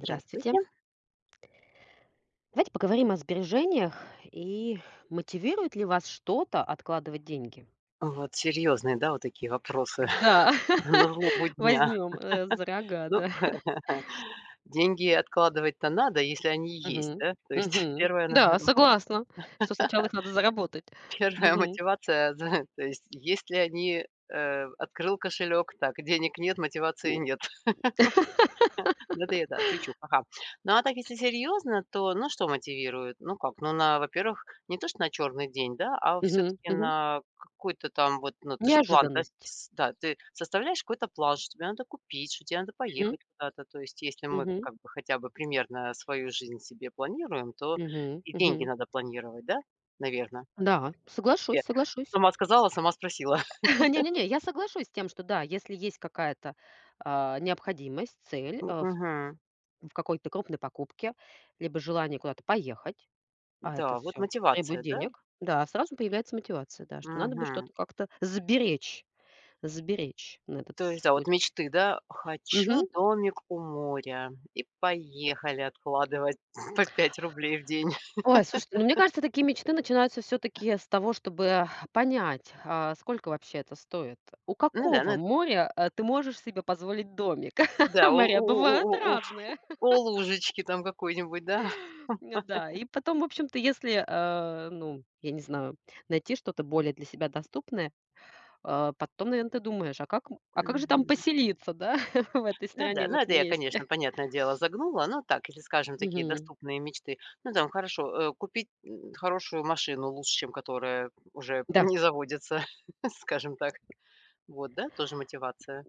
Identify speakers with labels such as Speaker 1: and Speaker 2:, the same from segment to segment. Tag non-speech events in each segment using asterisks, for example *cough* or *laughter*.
Speaker 1: Здравствуйте. Давайте поговорим о сбережениях и мотивирует ли вас что-то откладывать деньги?
Speaker 2: Вот серьезные, да, вот такие вопросы
Speaker 1: Да,
Speaker 2: *laughs* на
Speaker 1: *laughs*
Speaker 2: злобу дня.
Speaker 1: возьмем за рога,
Speaker 2: Ну,
Speaker 1: да.
Speaker 2: *laughs* деньги откладывать-то надо, если они есть,
Speaker 1: Мгм.
Speaker 2: да? То есть
Speaker 1: Мгм.
Speaker 2: *laughs*
Speaker 1: Да, согласна, что сначала их надо заработать.
Speaker 2: первая
Speaker 1: Мгм.
Speaker 2: мотивация, *laughs* да, то есть если открыл кошелек, так, денег нет, мотивации
Speaker 1: М.
Speaker 2: нет. *laughs*
Speaker 1: *laughs*
Speaker 2: Это я, да, шучу, ха-ха. Ну, а так, если серьезно, то, ну, что мотивирует? Ну, как, ну, во-первых, не то, что на черный день, да, а
Speaker 1: Мгм.
Speaker 2: все-таки
Speaker 1: Мгм.
Speaker 2: на какой-то там вот, ну, ты ж план, да,
Speaker 1: Неожиданность.
Speaker 2: да, ты составляешь какой-то план, что тебе надо купить, что тебе надо
Speaker 1: Мгм.
Speaker 2: поехать куда-то. То есть, если мы
Speaker 1: Мгм.
Speaker 2: как бы хотя бы примерно свою жизнь себе планируем, то
Speaker 1: Мгм.
Speaker 2: и деньги
Speaker 1: Мгм.
Speaker 2: надо планировать, да, наверное.
Speaker 1: Да, соглашусь, соглашусь.
Speaker 2: Сама сказала, сама спросила.
Speaker 1: *laughs* Не-не-не, я соглашусь с тем, что да, если есть какая-то необходимость, цель,
Speaker 2: *laughs*
Speaker 1: а, в
Speaker 2: Мгм.
Speaker 1: в какой-то крупной покупке, либо желание куда-то поехать, а это
Speaker 2: Да, вот
Speaker 1: все требует
Speaker 2: мотивация, да?
Speaker 1: денег, да, сразу появляется мотивация, да, что надо бы
Speaker 2: Мгм.
Speaker 1: что-то как-то сберечь, сберечь на этот
Speaker 2: То есть, да, вот
Speaker 1: случай.
Speaker 2: мечты, да? Хочу
Speaker 1: Мгм.
Speaker 2: домик у моря. И поехали откладывать *laughs* по 5 рублей в день.
Speaker 1: Ой, слушай, ну, мне кажется, такие мечты начинаются все таки с того, чтобы понять, сколько вообще это стоит. У
Speaker 2: Ну да,
Speaker 1: какого
Speaker 2: ну
Speaker 1: моря, ты можешь себе позволить домик? *laughs*
Speaker 2: да,
Speaker 1: Моря
Speaker 2: у
Speaker 1: бывают
Speaker 2: у у
Speaker 1: разные.
Speaker 2: у лужечки там какой-нибудь, да?
Speaker 1: *laughs* Да, и потом, в общем-то, если, ну, я не знаю, найти что-то более для себя доступное. А потом, наверное, ты думаешь: а как а как же там
Speaker 2: Мгм.
Speaker 1: поселиться, да, *laughs* в этой
Speaker 2: Ну да,
Speaker 1: стране, в
Speaker 2: ну это
Speaker 1: этом
Speaker 2: я,
Speaker 1: месте?
Speaker 2: конечно, понятное дело, загнула, но так, если, скажем, такие
Speaker 1: Мгм.
Speaker 2: доступные мечты. Ну там хорошо, купить, хорошую машину лучше, чем которая уже
Speaker 1: Да.
Speaker 2: не заводится, *laughs* скажем так. Вот, да, тоже мотивация.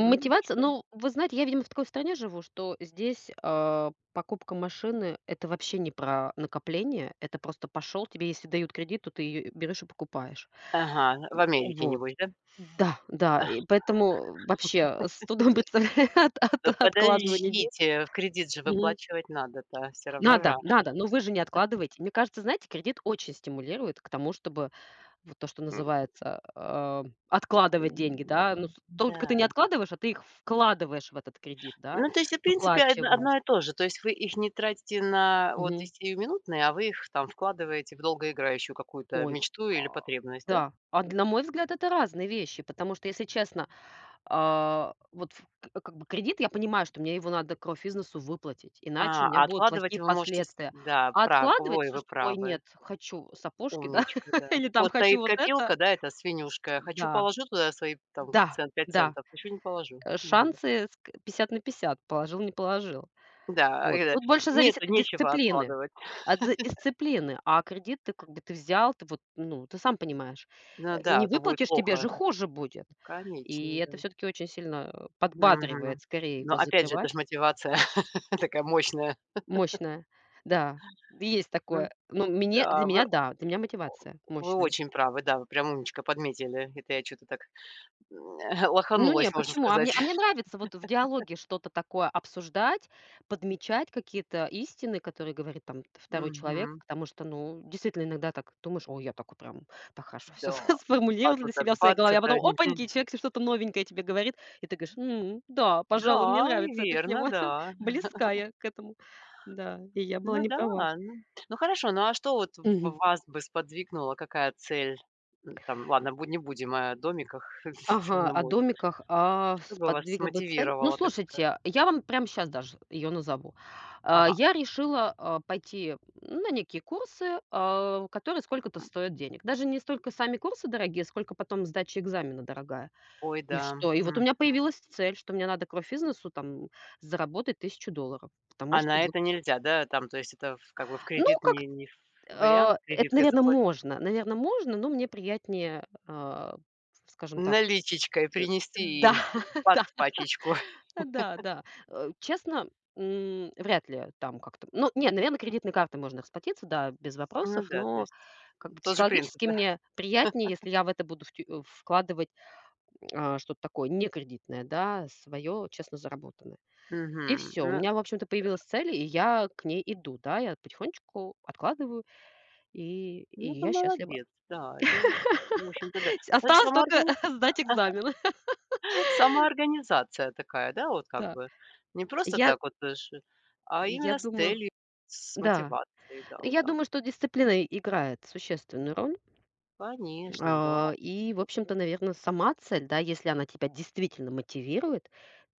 Speaker 2: М.
Speaker 1: ну, вы знаете, я, видимо, в такой стране живу, что здесь, покупка машины — это вообще не про накопление. Это просто пошел, тебе если дают кредит, то ты ее берешь и покупаешь.
Speaker 2: Ага, в Америке,
Speaker 1: Вот.
Speaker 2: небось, да?
Speaker 1: Да, да, и поэтому вообще с трудом
Speaker 2: *laughs*
Speaker 1: представляю *laughs* от от
Speaker 2: Да
Speaker 1: откладывание денег.
Speaker 2: подождите, в кредит же
Speaker 1: Мгм.
Speaker 2: выплачивать надо-то, все равно
Speaker 1: Надо,
Speaker 2: же.
Speaker 1: надо, но вы же не откладываете. Мне кажется, знаете, кредит очень стимулирует к тому, чтобы вот то, что
Speaker 2: М.
Speaker 1: называется, откладывать
Speaker 2: М,
Speaker 1: деньги, да. Ну, с только
Speaker 2: да.
Speaker 1: ты не откладываешь, а ты их вкладываешь в этот кредит, да,
Speaker 2: Ну, то есть, в принципе, одно
Speaker 1: выплачивая.
Speaker 2: одно и то же. То есть вы их не тратите на вот и
Speaker 1: Мгм.
Speaker 2: сиюминутные, а вы их там вкладываете в долгоиграющую какую-то
Speaker 1: Ой,
Speaker 2: мечту или
Speaker 1: а,
Speaker 2: потребность, да?
Speaker 1: да. А на мой взгляд, это разные вещи, потому что, если честно, а, вот в к как бы кредит, я понимаю, что мне его надо кровь из носу выплатить, иначе у меня
Speaker 2: А
Speaker 1: будут
Speaker 2: откладывать
Speaker 1: плохие
Speaker 2: вы можете с
Speaker 1: последствия.
Speaker 2: да,
Speaker 1: А
Speaker 2: прав
Speaker 1: откладывать,
Speaker 2: ой, вы
Speaker 1: слушай, ой,
Speaker 2: правы.
Speaker 1: нет, хочу сапожки, да,
Speaker 2: Умничка, да.
Speaker 1: *laughs* или там
Speaker 2: Вот
Speaker 1: хочу
Speaker 2: стоит
Speaker 1: вот это.
Speaker 2: копилка, да, это свинюшка. Хочу,
Speaker 1: Да,
Speaker 2: положу туда свои там
Speaker 1: да,
Speaker 2: цент пять
Speaker 1: да.
Speaker 2: центов, хочу, не положу. Мгм.
Speaker 1: Шансы ск 50 на 50 положил, не положил.
Speaker 2: Да,
Speaker 1: Вот. Тут больше зависит
Speaker 2: нету,
Speaker 1: от
Speaker 2: нечего
Speaker 1: дисциплины,
Speaker 2: откладывать.
Speaker 1: от з дисциплины. А кредит ты как бы ты взял, ты вот, ну, ты сам понимаешь,
Speaker 2: Ну да,
Speaker 1: не
Speaker 2: а то будет
Speaker 1: выплатишь, тебе же
Speaker 2: плохо.
Speaker 1: хуже будет. И
Speaker 2: Конечно, да.
Speaker 1: это все таки очень сильно,
Speaker 2: Мгм.
Speaker 1: подбадривает скорее
Speaker 2: Но
Speaker 1: его
Speaker 2: опять же, это ж
Speaker 1: закрывать.
Speaker 2: мотивация *laughs* такая мощная.
Speaker 1: Мощная. Да, есть
Speaker 2: Ну
Speaker 1: такое. Ну, мне для
Speaker 2: да,
Speaker 1: меня,
Speaker 2: вы
Speaker 1: да, для меня мотивация
Speaker 2: вы
Speaker 1: мощная.
Speaker 2: очень правы, да, вы прям умничка подметили. Это я что то так, *laughs*
Speaker 1: Ну не,
Speaker 2: лоханулась, можно
Speaker 1: почему? А
Speaker 2: сказать.
Speaker 1: мне а мне нравится вот в диалоге что-то такое обсуждать, подмечать какие-то истины, которые говорит там второй человек,
Speaker 2: Мгм.
Speaker 1: потому что, ну, действительно иногда так думаешь: "Ой, я так вот прям так хорошо все
Speaker 2: Да.
Speaker 1: *laughs*
Speaker 2: А
Speaker 1: сформулировал для
Speaker 2: тут так
Speaker 1: себя в своей
Speaker 2: бац,
Speaker 1: голове". А
Speaker 2: это
Speaker 1: потом
Speaker 2: ничего
Speaker 1: опаньки,
Speaker 2: не-
Speaker 1: человек те что-то новенькое тебе говорит, и ты говоришь: "М, да, пожалуй, мне
Speaker 2: Да, и
Speaker 1: нравится эта
Speaker 2: верно,
Speaker 1: тема, *laughs*
Speaker 2: да.
Speaker 1: близкая к этому". Да, и я была
Speaker 2: Ну
Speaker 1: не права.
Speaker 2: да, ну хорошо, ну а что вот в вас бы сподвигнуло, какая цель? М, там, ладно, буд не будем о домиках *laughs*
Speaker 1: Ага,
Speaker 2: на
Speaker 1: о
Speaker 2: море.
Speaker 1: домиках,
Speaker 2: Что
Speaker 1: с
Speaker 2: бы вас
Speaker 1: подвига бы цель. Ну,
Speaker 2: смотивировало, так ска
Speaker 1: слушайте, я вам прямо сейчас даже ее назову.
Speaker 2: ага.
Speaker 1: Я решила, пойти на некие курсы, которые сколько-то стоят денег. Даже не столько сами курсы дорогие, сколько потом сдача экзамена дорогая.
Speaker 2: Ой,
Speaker 1: И
Speaker 2: да.
Speaker 1: что? И вот у
Speaker 2: М.
Speaker 1: меня появилась цель, что мне надо к физнесу там заработать $1000, потому
Speaker 2: А
Speaker 1: что
Speaker 2: на
Speaker 1: вот.
Speaker 2: это нельзя, да? Там, то есть это в как бы в
Speaker 1: Ну,
Speaker 2: кредит
Speaker 1: как,
Speaker 2: не ф вариант
Speaker 1: это,
Speaker 2: кредиткой
Speaker 1: наверное,
Speaker 2: заплатить,
Speaker 1: можно. Наверное, можно, но мне приятнее, скажем так,
Speaker 2: наличечкой
Speaker 1: э
Speaker 2: принести
Speaker 1: да,
Speaker 2: им
Speaker 1: *laughs*
Speaker 2: бац
Speaker 1: да.
Speaker 2: пачечку. *laughs*
Speaker 1: А, да, да. Честно, вряд ли там как-то. Ну, не, наверное, кредитной картой можно расплатиться, да, без
Speaker 2: Ну
Speaker 1: вопросов,
Speaker 2: да, то
Speaker 1: но
Speaker 2: есть
Speaker 1: как бы
Speaker 2: тот же принцип,
Speaker 1: психологически
Speaker 2: да?
Speaker 1: мне приятнее, если я в это буду вкладывать, что-то такое не кредитное, да, свое честно заработанное. И
Speaker 2: Мгм.
Speaker 1: все. У
Speaker 2: Ну
Speaker 1: меня, в общем-то, появилась цель, и я к ней иду, да. Я потихонечку откладываю, и
Speaker 2: ну, это
Speaker 1: я счастлива.
Speaker 2: молодец, да, это, в
Speaker 1: *laughs*
Speaker 2: общем-то, да. Вот это
Speaker 1: Осталось только
Speaker 2: самооргани
Speaker 1: *laughs* сдать экзамен. *laughs*
Speaker 2: *laughs* самоорганизация такая, да, вот как
Speaker 1: Да.
Speaker 2: бы. Не просто
Speaker 1: Я
Speaker 2: так вот, э, ш а
Speaker 1: я
Speaker 2: именно с
Speaker 1: думаю
Speaker 2: целью, с
Speaker 1: Да.
Speaker 2: мотивацией, да, вот
Speaker 1: Я
Speaker 2: так. Вот.
Speaker 1: думаю, что дисциплина играет существенную роль.
Speaker 2: Конечно, да.
Speaker 1: И, в общем-то, наверное, сама цель, да, если она тебя действительно мотивирует,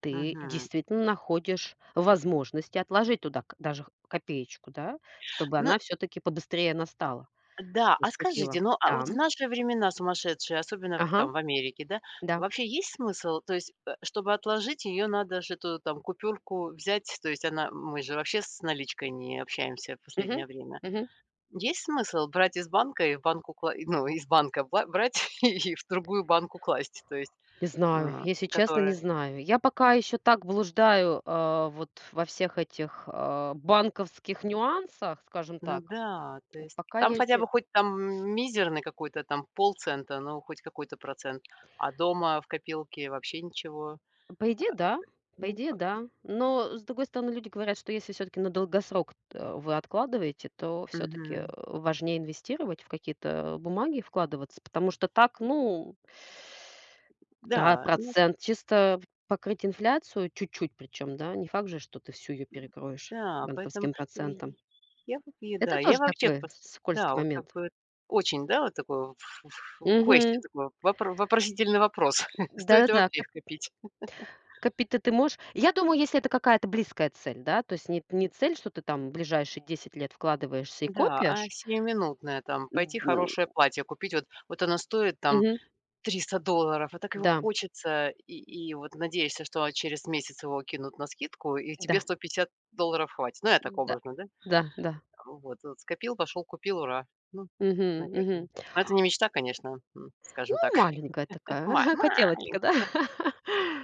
Speaker 1: ты
Speaker 2: Мгм.
Speaker 1: действительно находишь возможности отложить туда даже копеечку, да, чтобы
Speaker 2: Ну
Speaker 1: она все-таки побыстрее настала,
Speaker 2: да, а
Speaker 1: наступила.
Speaker 2: скажите, ну, а
Speaker 1: Да,
Speaker 2: вот в наши времена сумасшедшие, особенно в
Speaker 1: ага,
Speaker 2: там в Америке, да,
Speaker 1: да.
Speaker 2: вообще есть смысл? То есть, чтобы отложить, ее надо же эту там купюрку взять, то есть она мы же вообще с наличкой не общаемся в
Speaker 1: Мгм,
Speaker 2: последнее время.
Speaker 1: мгм.
Speaker 2: Есть смысл брать из банка и в банку кла и, ну, из банка бла брать *laughs* и в другую банку класть, то есть,
Speaker 1: Не знаю, если честно, не
Speaker 2: которая...
Speaker 1: знаю. Я пока еще так блуждаю, вот во всех этих, банковских нюансах, скажем
Speaker 2: Ну
Speaker 1: так.
Speaker 2: да, то есть
Speaker 1: Пока
Speaker 2: там
Speaker 1: я
Speaker 2: хотя
Speaker 1: еще
Speaker 2: бы хоть там мизерный какой-то там полцента, ну, хоть какой-то процент, а дома в копилке вообще ничего.
Speaker 1: по идее, да. По
Speaker 2: Ну
Speaker 1: идее,
Speaker 2: как.
Speaker 1: да. Но, с другой стороны, люди говорят, что если все-таки на долгосрок, вы откладываете, то все-таки
Speaker 2: Мгм.
Speaker 1: важнее инвестировать в какие-то бумаги, вкладываться, потому что так, ну, да,
Speaker 2: Да, ну
Speaker 1: процент чисто покрыть инфляцию, чуть-чуть причем, да, не факт же, что ты всю ее перекроешь
Speaker 2: да, поэтому
Speaker 1: банковским
Speaker 2: и
Speaker 1: процентом.
Speaker 2: я вот и
Speaker 1: Это
Speaker 2: да, я
Speaker 1: тоже
Speaker 2: вообще
Speaker 1: такой
Speaker 2: пос да,
Speaker 1: скользкий
Speaker 2: вот как
Speaker 1: момент.
Speaker 2: бы очень, да, вот такой ф ф
Speaker 1: Угу.
Speaker 2: question такой, вопросительный вопрос. *laughs* Стоит ли
Speaker 1: Да-да-да.
Speaker 2: вообще их копить?
Speaker 1: Копить-то ты можешь. Я думаю, если это какая-то близкая цель, да, то есть не не цель, что ты там в ближайшие 10 лет вкладываешься и
Speaker 2: Да, а
Speaker 1: копишь.
Speaker 2: сиюминутное там пойти
Speaker 1: М,
Speaker 2: хорошее платье купить, вот оно стоит там
Speaker 1: мгм.
Speaker 2: 300 долларов, а так его
Speaker 1: Да,
Speaker 2: хочется, и вот надеешься, что через месяц его кинут на скидку, и тебе
Speaker 1: да,
Speaker 2: 150 долларов хватит. Ну, я так
Speaker 1: да,
Speaker 2: образно, да?
Speaker 1: да, да.
Speaker 2: Ну вот, вот скопил, пошел, купил, ура. Ну,
Speaker 1: Мгм,
Speaker 2: наверное.
Speaker 1: мгм.
Speaker 2: Но это не мечта, конечно, м,
Speaker 1: Ну,
Speaker 2: скажем так.
Speaker 1: маленькая
Speaker 2: *laughs*
Speaker 1: такая,
Speaker 2: Ма
Speaker 1: *laughs*
Speaker 2: малень...
Speaker 1: хотелочка, да? *laughs*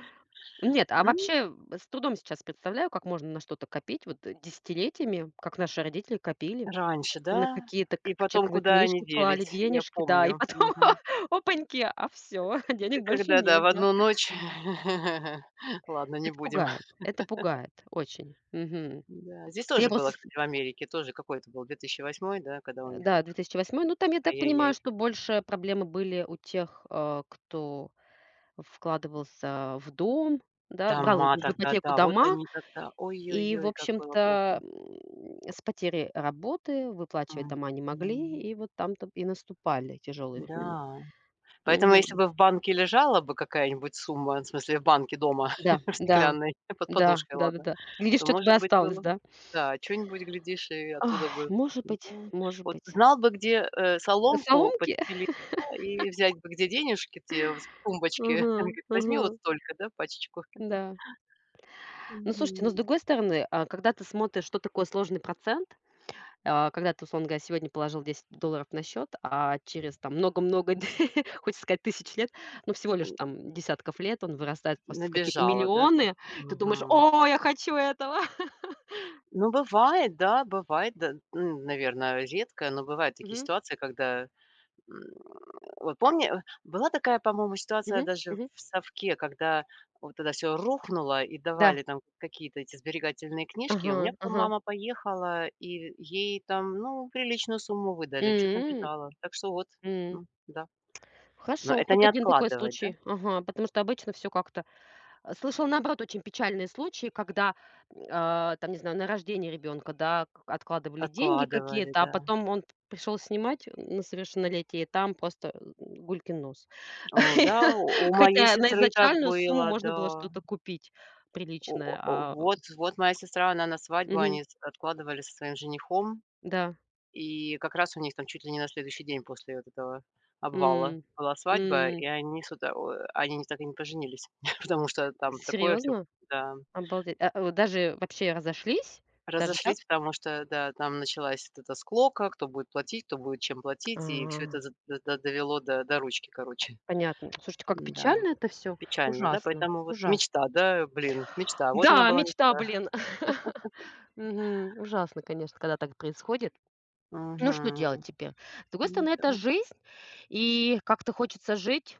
Speaker 1: Нет, а
Speaker 2: М,
Speaker 1: вообще, с трудом сейчас представляю, как можно на что-то копить вот, десятилетиями, как наши родители копили.
Speaker 2: раньше,
Speaker 1: На
Speaker 2: да?
Speaker 1: какие-то
Speaker 2: И
Speaker 1: к
Speaker 2: потом,
Speaker 1: чековые
Speaker 2: куда они
Speaker 1: книжки клали
Speaker 2: делись, я
Speaker 1: денежки, да, и
Speaker 2: помню.
Speaker 1: потом
Speaker 2: Мгм.
Speaker 1: *laughs* опаньки, а все *laughs* денег больше
Speaker 2: Когда, да, в
Speaker 1: нет, да.
Speaker 2: одну ночь. *laughs* Ладно, не будем.
Speaker 1: Это пугает очень. Мгм.
Speaker 2: Да, здесь
Speaker 1: Я
Speaker 2: тоже
Speaker 1: просто
Speaker 2: было,
Speaker 1: с
Speaker 2: кстати, в Америке, тоже какой то был 2008, да, когда у них
Speaker 1: да,
Speaker 2: тут
Speaker 1: 2008-й. Ну, там, я так понимаю,
Speaker 2: ай-яй-яй.
Speaker 1: что больше проблемы были у тех, кто вкладывался в дом, да, брал
Speaker 2: Дома
Speaker 1: в
Speaker 2: тогда,
Speaker 1: ипотеку
Speaker 2: да, вот
Speaker 1: дома
Speaker 2: они тогда.
Speaker 1: и, в
Speaker 2: Ой-ой-ой, как было
Speaker 1: общем-то,
Speaker 2: плохо.
Speaker 1: с потери работы выплачивать
Speaker 2: М,
Speaker 1: дома не могли,
Speaker 2: м,
Speaker 1: и вот там-то и наступали тяжелые времена.
Speaker 2: да. Поэтому, если
Speaker 1: Мгм.
Speaker 2: бы в банке лежала бы какая-нибудь сумма, в смысле, в банке дома,
Speaker 1: Да,
Speaker 2: *laughs* в
Speaker 1: да,
Speaker 2: стеклянной, *laughs* под
Speaker 1: да,
Speaker 2: подушкой, ладно,
Speaker 1: да-да-да. Глядишь,
Speaker 2: то,
Speaker 1: что-то бы
Speaker 2: может быть,
Speaker 1: осталось,
Speaker 2: было бы...
Speaker 1: да?
Speaker 2: Да, что нибудь глядишь, и оттуда
Speaker 1: Ой,
Speaker 2: бы...
Speaker 1: может
Speaker 2: Да.
Speaker 1: быть, может
Speaker 2: Вот
Speaker 1: быть.
Speaker 2: знал бы, где, соломку
Speaker 1: Соломки? *laughs*
Speaker 2: подстелить, да, и взять бы, где денежки те в с *laughs*
Speaker 1: Ага,
Speaker 2: говорит:
Speaker 1: ага.
Speaker 2: "Возьми вот столько, да, пачечку".
Speaker 1: Да. Ну, слушайте, но с
Speaker 2: Мгм.
Speaker 1: другой стороны, когда ты смотришь, что такое сложный процент, когда ты, условно говоря, сегодня положил 10 долларов на счет, а через там много-много, *laughs* хочется сказать, тысяч лет, ну, всего лишь там десятков лет, он вырастает просто в какие-то
Speaker 2: Набежала, да, там?
Speaker 1: миллионы, ты думаешь:
Speaker 2: Мгм.
Speaker 1: "О, я хочу этого!" *laughs*
Speaker 2: Ну, бывает, да, наверное, редко, но бывают такие
Speaker 1: Мгм,
Speaker 2: ситуации, когда... М, вот помню была такая, по-моему, ситуация
Speaker 1: мгм,
Speaker 2: даже
Speaker 1: мгм.
Speaker 2: в "Совке", когда вот тогда все рухнуло и
Speaker 1: Да.
Speaker 2: давали там какие-то эти сберегательные книжки. И
Speaker 1: Ага,
Speaker 2: у меня потом
Speaker 1: ага.
Speaker 2: мама поехала, и ей там, ну, приличную сумму выдали, что то
Speaker 1: М,
Speaker 2: набежала. Так что вот,
Speaker 1: м.
Speaker 2: ну да. Но
Speaker 1: Хорошо,
Speaker 2: это
Speaker 1: хоть
Speaker 2: не
Speaker 1: один такой
Speaker 2: откладывать, да?
Speaker 1: случай. Ага, потому что обычно все как-то. Слышала, наоборот, очень печальные случаи, когда, там, не знаю, на рождение ребенка, да, к откладывали деньги
Speaker 2: Откладывали,
Speaker 1: какие-то, а
Speaker 2: да.
Speaker 1: потом он пришел снимать на совершеннолетие, и там просто, гулькин нос.
Speaker 2: О да,
Speaker 1: *laughs*
Speaker 2: у моей
Speaker 1: Хотя на
Speaker 2: сестры так
Speaker 1: изначальную сумму
Speaker 2: было,
Speaker 1: можно
Speaker 2: да.
Speaker 1: было что-то купить
Speaker 2: О
Speaker 1: приличное,
Speaker 2: о
Speaker 1: а
Speaker 2: вот моя сестра, она на свадьбу,
Speaker 1: мгм.
Speaker 2: они с откладывали со своим женихом.
Speaker 1: Да.
Speaker 2: И как раз у них там чуть ли не на следующий день после вот этого обвала
Speaker 1: М.
Speaker 2: была свадьба,
Speaker 1: М.
Speaker 2: и они с утра о они не- так и не поженились, *laughs* потому что там такое все
Speaker 1: Серьезно?
Speaker 2: да.
Speaker 1: Обалдеть. Даже вообще разошлись? Даже так?
Speaker 2: Разошлись, потому что, да, там началась вот эта склока, кто будет платить, кто будет чем платить, и все
Speaker 1: А,
Speaker 2: это за д д довело до ручки, короче.
Speaker 1: понятно. Слушайте, как
Speaker 2: Да,
Speaker 1: печально это все.
Speaker 2: печально, да?
Speaker 1: Ужасно,
Speaker 2: Поэтому вот
Speaker 1: ужасно.
Speaker 2: мечта, да, блин, мечта, вот она
Speaker 1: Да,
Speaker 2: была
Speaker 1: мечта,
Speaker 2: мечта.
Speaker 1: блин. *laughs* Мгм. Ужасно, конечно, когда так происходит. Ну, что делать
Speaker 2: Мгм.
Speaker 1: теперь? С другой
Speaker 2: Ну
Speaker 1: стороны,
Speaker 2: да.
Speaker 1: это жизнь, и как-то хочется жить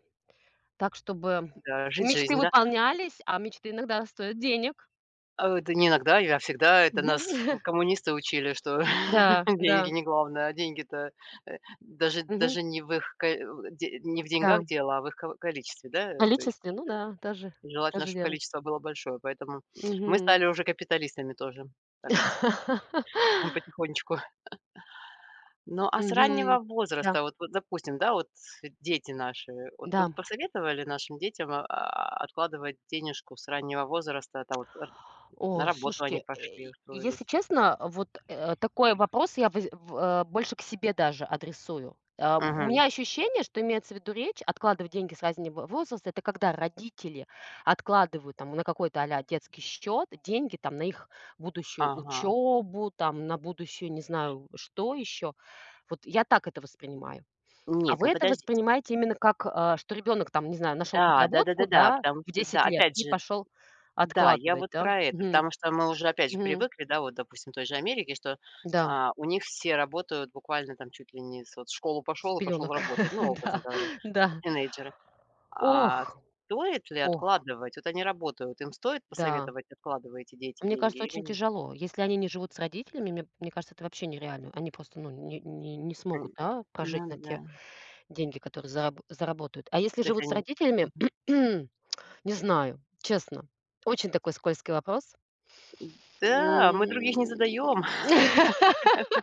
Speaker 1: так, чтобы
Speaker 2: Да, жить
Speaker 1: мечты
Speaker 2: жизнь, да?
Speaker 1: выполнялись, а мечты иногда стоят денег.
Speaker 2: А, это не иногда, я всегда. Это нас
Speaker 1: Мгм.
Speaker 2: в
Speaker 1: *laughs*
Speaker 2: коммунисты учили, что
Speaker 1: Да,
Speaker 2: *laughs*
Speaker 1: да.
Speaker 2: деньги не главное, а деньги-то, э, даже
Speaker 1: Мгм.
Speaker 2: даже не в их ко де не в
Speaker 1: Да.
Speaker 2: деньгах дело, а в их ко количестве, да.
Speaker 1: В
Speaker 2: Э, то есть
Speaker 1: количестве, ну да, тоже
Speaker 2: желательно,
Speaker 1: тоже
Speaker 2: чтобы
Speaker 1: верно.
Speaker 2: количество было большое, поэтому мы
Speaker 1: Мгм.
Speaker 2: стали уже капиталистами тоже, так вот *laughs*
Speaker 1: *laughs*
Speaker 2: потихонечку. Ну, а с
Speaker 1: Мгм.
Speaker 2: раннего
Speaker 1: Да,
Speaker 2: возраста, вот, допустим, да, вот дети наши, вот вы
Speaker 1: да.
Speaker 2: посоветовали нашим детям, откладывать денежку с раннего возраста, там вот, э, на
Speaker 1: Ой,
Speaker 2: работу они
Speaker 1: слушайте,
Speaker 2: пошли,
Speaker 1: если
Speaker 2: устроились?
Speaker 1: честно, вот, такой вопрос я больше к себе даже адресую. У меня ощущение, что имеется в виду речь, откладывать деньги с раннего возраста — это когда родители откладывают там на какой-то детский счет деньги там на их будущую
Speaker 2: Ага.
Speaker 1: учебу, там на будущую, не знаю, что еще. Вот я так это воспринимаю. А
Speaker 2: Нет,
Speaker 1: вы
Speaker 2: ну
Speaker 1: это
Speaker 2: подождите.
Speaker 1: воспринимаете именно как, что ребенок там, не знаю, нашел
Speaker 2: Да,
Speaker 1: подработку,
Speaker 2: да-да-да-да,
Speaker 1: да,
Speaker 2: потому
Speaker 1: в
Speaker 2: что,
Speaker 1: 10
Speaker 2: да,
Speaker 1: лет
Speaker 2: опять
Speaker 1: и
Speaker 2: же,
Speaker 1: пошел
Speaker 2: да, я
Speaker 1: откладывать,
Speaker 2: вот
Speaker 1: да?
Speaker 2: про это,
Speaker 1: Мгм.
Speaker 2: потому что мы уже, опять же,
Speaker 1: Мгм.
Speaker 2: привыкли, да, вот, допустим, в той же Америке, что,
Speaker 1: Да,
Speaker 2: а, у них все работают буквально там чуть ли не с вот в школу
Speaker 1: с
Speaker 2: пошел и пошел
Speaker 1: пелёнок.
Speaker 2: работать,
Speaker 1: *laughs*
Speaker 2: ну, образно
Speaker 1: Да,
Speaker 2: говоря,
Speaker 1: да.
Speaker 2: тинейджеры.
Speaker 1: Ох,
Speaker 2: А стоит ли
Speaker 1: ох,
Speaker 2: откладывать? Вот они работают, им стоит
Speaker 1: да.
Speaker 2: посоветовать, откладываете эти
Speaker 1: Мне кажется,
Speaker 2: деньги или
Speaker 1: очень
Speaker 2: нет?
Speaker 1: тяжело. Если они не живут с родителями, мне кажется, это вообще нереально. Они просто, ну, не смогут,
Speaker 2: М,
Speaker 1: да,
Speaker 2: ну
Speaker 1: прожить на
Speaker 2: да,
Speaker 1: те деньги, которые заработают. А если
Speaker 2: то есть
Speaker 1: живут с
Speaker 2: они...
Speaker 1: родителями, *clears throat* не знаю, честно. Очень такой скользкий вопрос.
Speaker 2: Да, мы других не
Speaker 1: М.
Speaker 2: задаем.
Speaker 1: *laughs*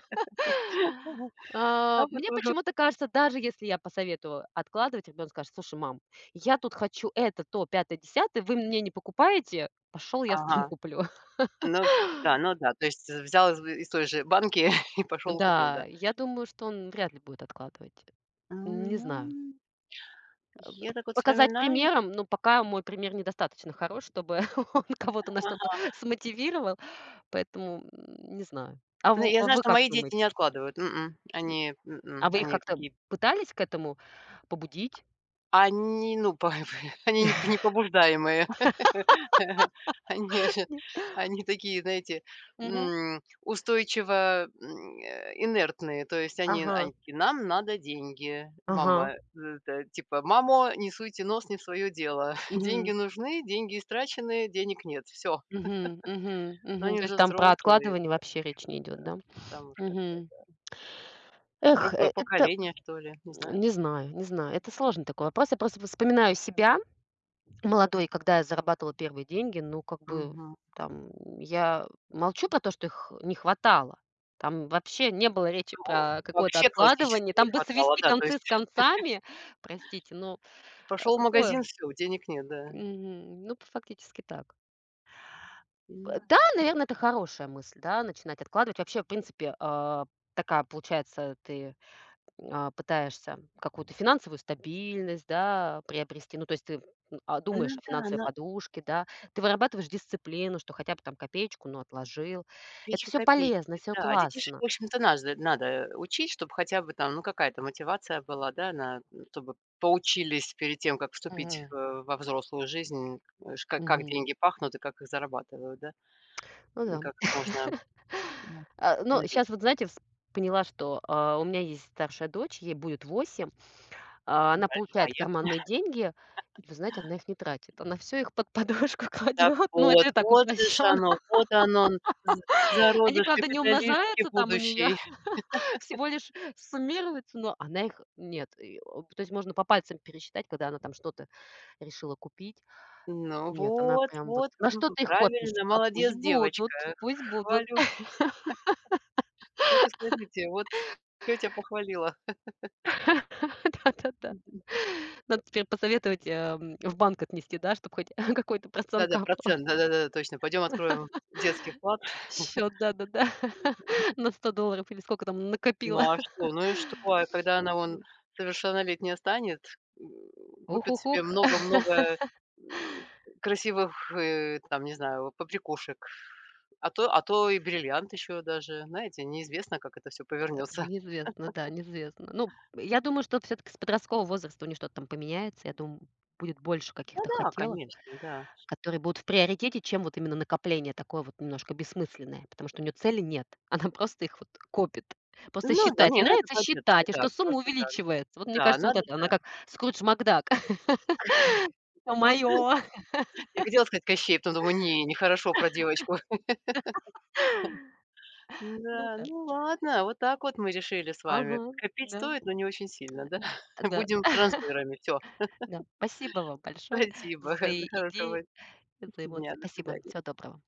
Speaker 2: *laughs* А вот
Speaker 1: Мне
Speaker 2: уже...
Speaker 1: почему-то кажется, даже если я посоветую откладывать, ребенок скажет: "Слушай, мам, я тут хочу это, то, пятое, десятое, вы мне не покупаете, пошел я сам
Speaker 2: Ага.
Speaker 1: куплю". *laughs*
Speaker 2: Ну в да, ну да, то есть э, взял из той же банки *laughs* и пошел купил,
Speaker 1: Да,
Speaker 2: да.
Speaker 1: я думаю, что он вряд ли будет откладывать. Не знаю.
Speaker 2: Ну, я так вот
Speaker 1: Показать
Speaker 2: вспоминаю.
Speaker 1: примером, но пока мой пример недостаточно хорош, чтобы *laughs* он кого-то на что-то
Speaker 2: Ага.
Speaker 1: смотивировал, поэтому, не знаю. А
Speaker 2: Ну,
Speaker 1: в
Speaker 2: я
Speaker 1: а
Speaker 2: знаю,
Speaker 1: вы
Speaker 2: что
Speaker 1: как
Speaker 2: мои дети не
Speaker 1: думаете?
Speaker 2: откладывают. М, они
Speaker 1: А
Speaker 2: м
Speaker 1: вы их
Speaker 2: они
Speaker 1: как-то
Speaker 2: такие...
Speaker 1: пытались к этому побудить?
Speaker 2: Они, ну, па *laughs* они не
Speaker 1: *laughs*
Speaker 2: побуждаемые. *laughs* Они же
Speaker 1: Нет?
Speaker 2: они такие, знаете,
Speaker 1: Мгм.
Speaker 2: м, устойчиво, м, э, инертные. То есть они
Speaker 1: Ага,
Speaker 2: они такие: "Нам надо деньги".
Speaker 1: ага.
Speaker 2: Мама, это типа: "Мамо, не суйте нос не в свое дело. *laughs* Деньги
Speaker 1: Мгм.
Speaker 2: нужны, деньги истрачены, денег нет". Все,
Speaker 1: Мгм. Мгм.
Speaker 2: но
Speaker 1: Мгм.
Speaker 2: они
Speaker 1: То есть
Speaker 2: уже
Speaker 1: там про
Speaker 2: взрослые,
Speaker 1: откладывание
Speaker 2: там,
Speaker 1: вообще речь не
Speaker 2: да,
Speaker 1: идет, да?
Speaker 2: там уж как-то
Speaker 1: Мгм. Эх,
Speaker 2: другое
Speaker 1: это
Speaker 2: поколение, что ли, не
Speaker 1: *tsk*
Speaker 2: знаю.
Speaker 1: не знаю, не знаю. Это сложный такой вопрос. Я просто вспоминаю себя молодой, когда я зарабатывала первые деньги. Ну, как бы
Speaker 2: Мгм.
Speaker 1: там я молчу про то, что их не хватало. Там вообще не было речи
Speaker 2: Во
Speaker 1: про какое-то
Speaker 2: вообще классически
Speaker 1: откладывание.
Speaker 2: не
Speaker 1: Там бы
Speaker 2: хватало,
Speaker 1: свести
Speaker 2: да. То...
Speaker 1: концы с концами, простите, но,
Speaker 2: Пошел в магазин,
Speaker 1: какое?
Speaker 2: всё, денег нет, да.
Speaker 1: Мгм. Ну, фактически так.
Speaker 2: М,
Speaker 1: Да, наверное, это хорошая мысль, да, начинать откладывать. Вообще, в принципе, такая получается, ты, пытаешься какую-то финансовую стабильность, да, приобрести. Ну, то есть ты, думаешь
Speaker 2: ну
Speaker 1: о
Speaker 2: да,
Speaker 1: финансовой
Speaker 2: на
Speaker 1: подушке, да, ты вырабатываешь дисциплину, что хотя бы там копеечку, но отложил. Это все полезно,
Speaker 2: копеечка-копеечки,
Speaker 1: все
Speaker 2: да. А детишек,
Speaker 1: классно.
Speaker 2: в общем-то, надо учить, чтобы хотя бы там, ну, какая-то мотивация была, да, на... Чтобы поучились перед тем, как вступить
Speaker 1: Мгм.
Speaker 2: в во взрослую жизнь, э, ш как
Speaker 1: Мгм.
Speaker 2: деньги пахнут и как их зарабатывают, да,
Speaker 1: Ну
Speaker 2: и
Speaker 1: да.
Speaker 2: как их можно,
Speaker 1: *laughs*
Speaker 2: ну,
Speaker 1: Но
Speaker 2: навер...
Speaker 1: сейчас вот, знаете, вс поняла, что, у меня есть старшая дочь, ей будет 8. Она получает
Speaker 2: А
Speaker 1: карманные деньги, и вы знаете, она их не тратит. Она все их под подушку *laughs*
Speaker 2: так
Speaker 1: кладет. Ну, это
Speaker 2: вот,
Speaker 1: я так
Speaker 2: вот же ж
Speaker 1: упрощенно.
Speaker 2: оно, вот оно, н- з
Speaker 1: *laughs* Они,
Speaker 2: зародыш
Speaker 1: правда, не
Speaker 2: капиталистки
Speaker 1: умножаются там у нее,
Speaker 2: будущей.
Speaker 1: *laughs* всего лишь суммируются, но она их нет. И, о, то есть можно по пальцам пересчитать, когда она там что-то решила купить.
Speaker 2: Ну
Speaker 1: Нет, она
Speaker 2: вот,
Speaker 1: прям вот:
Speaker 2: вот,
Speaker 1: "На
Speaker 2: м,
Speaker 1: что ты их копишь?"
Speaker 2: правильно,
Speaker 1: "А пусть
Speaker 2: молодец,
Speaker 1: будут,
Speaker 2: девочка,
Speaker 1: пусть
Speaker 2: *laughs*
Speaker 1: будут".
Speaker 2: хвалю. Так и скажите, вот тётя похвалила.
Speaker 1: *laughs* Да-да-да. Надо теперь посоветовать, в банк отнести, да, чтобы хоть *laughs* какой-то процент
Speaker 2: Да-да,
Speaker 1: капал.
Speaker 2: процент, да-да-да, точно. Пойдем откроем детский вклад.
Speaker 1: Счет, да-да-да, *laughs* на $100 или сколько там накопила.
Speaker 2: Ну а что? Ну и что? А когда она вон
Speaker 1: Ну,
Speaker 2: совершеннолетняя станет, м, купит себе
Speaker 1: ух-ух-ух, *laughs*
Speaker 2: много-много, м, красивых, э, там, не знаю, побрякушек, а то и бриллиант еще даже, знаете, неизвестно, как это все повернется.
Speaker 1: неизвестно, да, неизвестно. Ну, я думаю, что все таки с подросткового возраста у них что-то там поменяется. Я думаю, будет больше каких-то
Speaker 2: Да-да,
Speaker 1: хотелок,
Speaker 2: конечно, да.
Speaker 1: которые будут в приоритете, чем вот именно накопление такое вот немножко бессмысленное, потому что у нее цели нет. *laughs* Она просто их вот копит, просто
Speaker 2: Ну да,
Speaker 1: считает.
Speaker 2: не,
Speaker 1: Ей
Speaker 2: ну это
Speaker 1: нравится
Speaker 2: по-детски,
Speaker 1: считать, и
Speaker 2: да,
Speaker 1: что сумма
Speaker 2: просто да.
Speaker 1: увеличивается. Вот мне
Speaker 2: Да,
Speaker 1: кажется, вот
Speaker 2: надо,
Speaker 1: это, она
Speaker 2: да.
Speaker 1: как Скрудж Макдак. *laughs* Всё моё.
Speaker 2: Я хотела сказать Кощей, потом думаю: "Не, нехорошо про девочку". *laughs*
Speaker 1: *laughs*
Speaker 2: Да,
Speaker 1: Да-да.
Speaker 2: ну ладно, вот так вот мы решили с
Speaker 1: Ага,
Speaker 2: вами. Копить
Speaker 1: да,
Speaker 2: стоит, но не очень сильно, да? *laughs*
Speaker 1: э, да,
Speaker 2: Будем трансферами. Все.
Speaker 1: да. Спасибо вам большое за
Speaker 2: Спасибо.
Speaker 1: свои
Speaker 2: *laughs* Хорошего
Speaker 1: идеи, за
Speaker 2: дня.
Speaker 1: эмоции.
Speaker 2: До
Speaker 1: Спасибо.
Speaker 2: свидания.
Speaker 1: Всего доброго.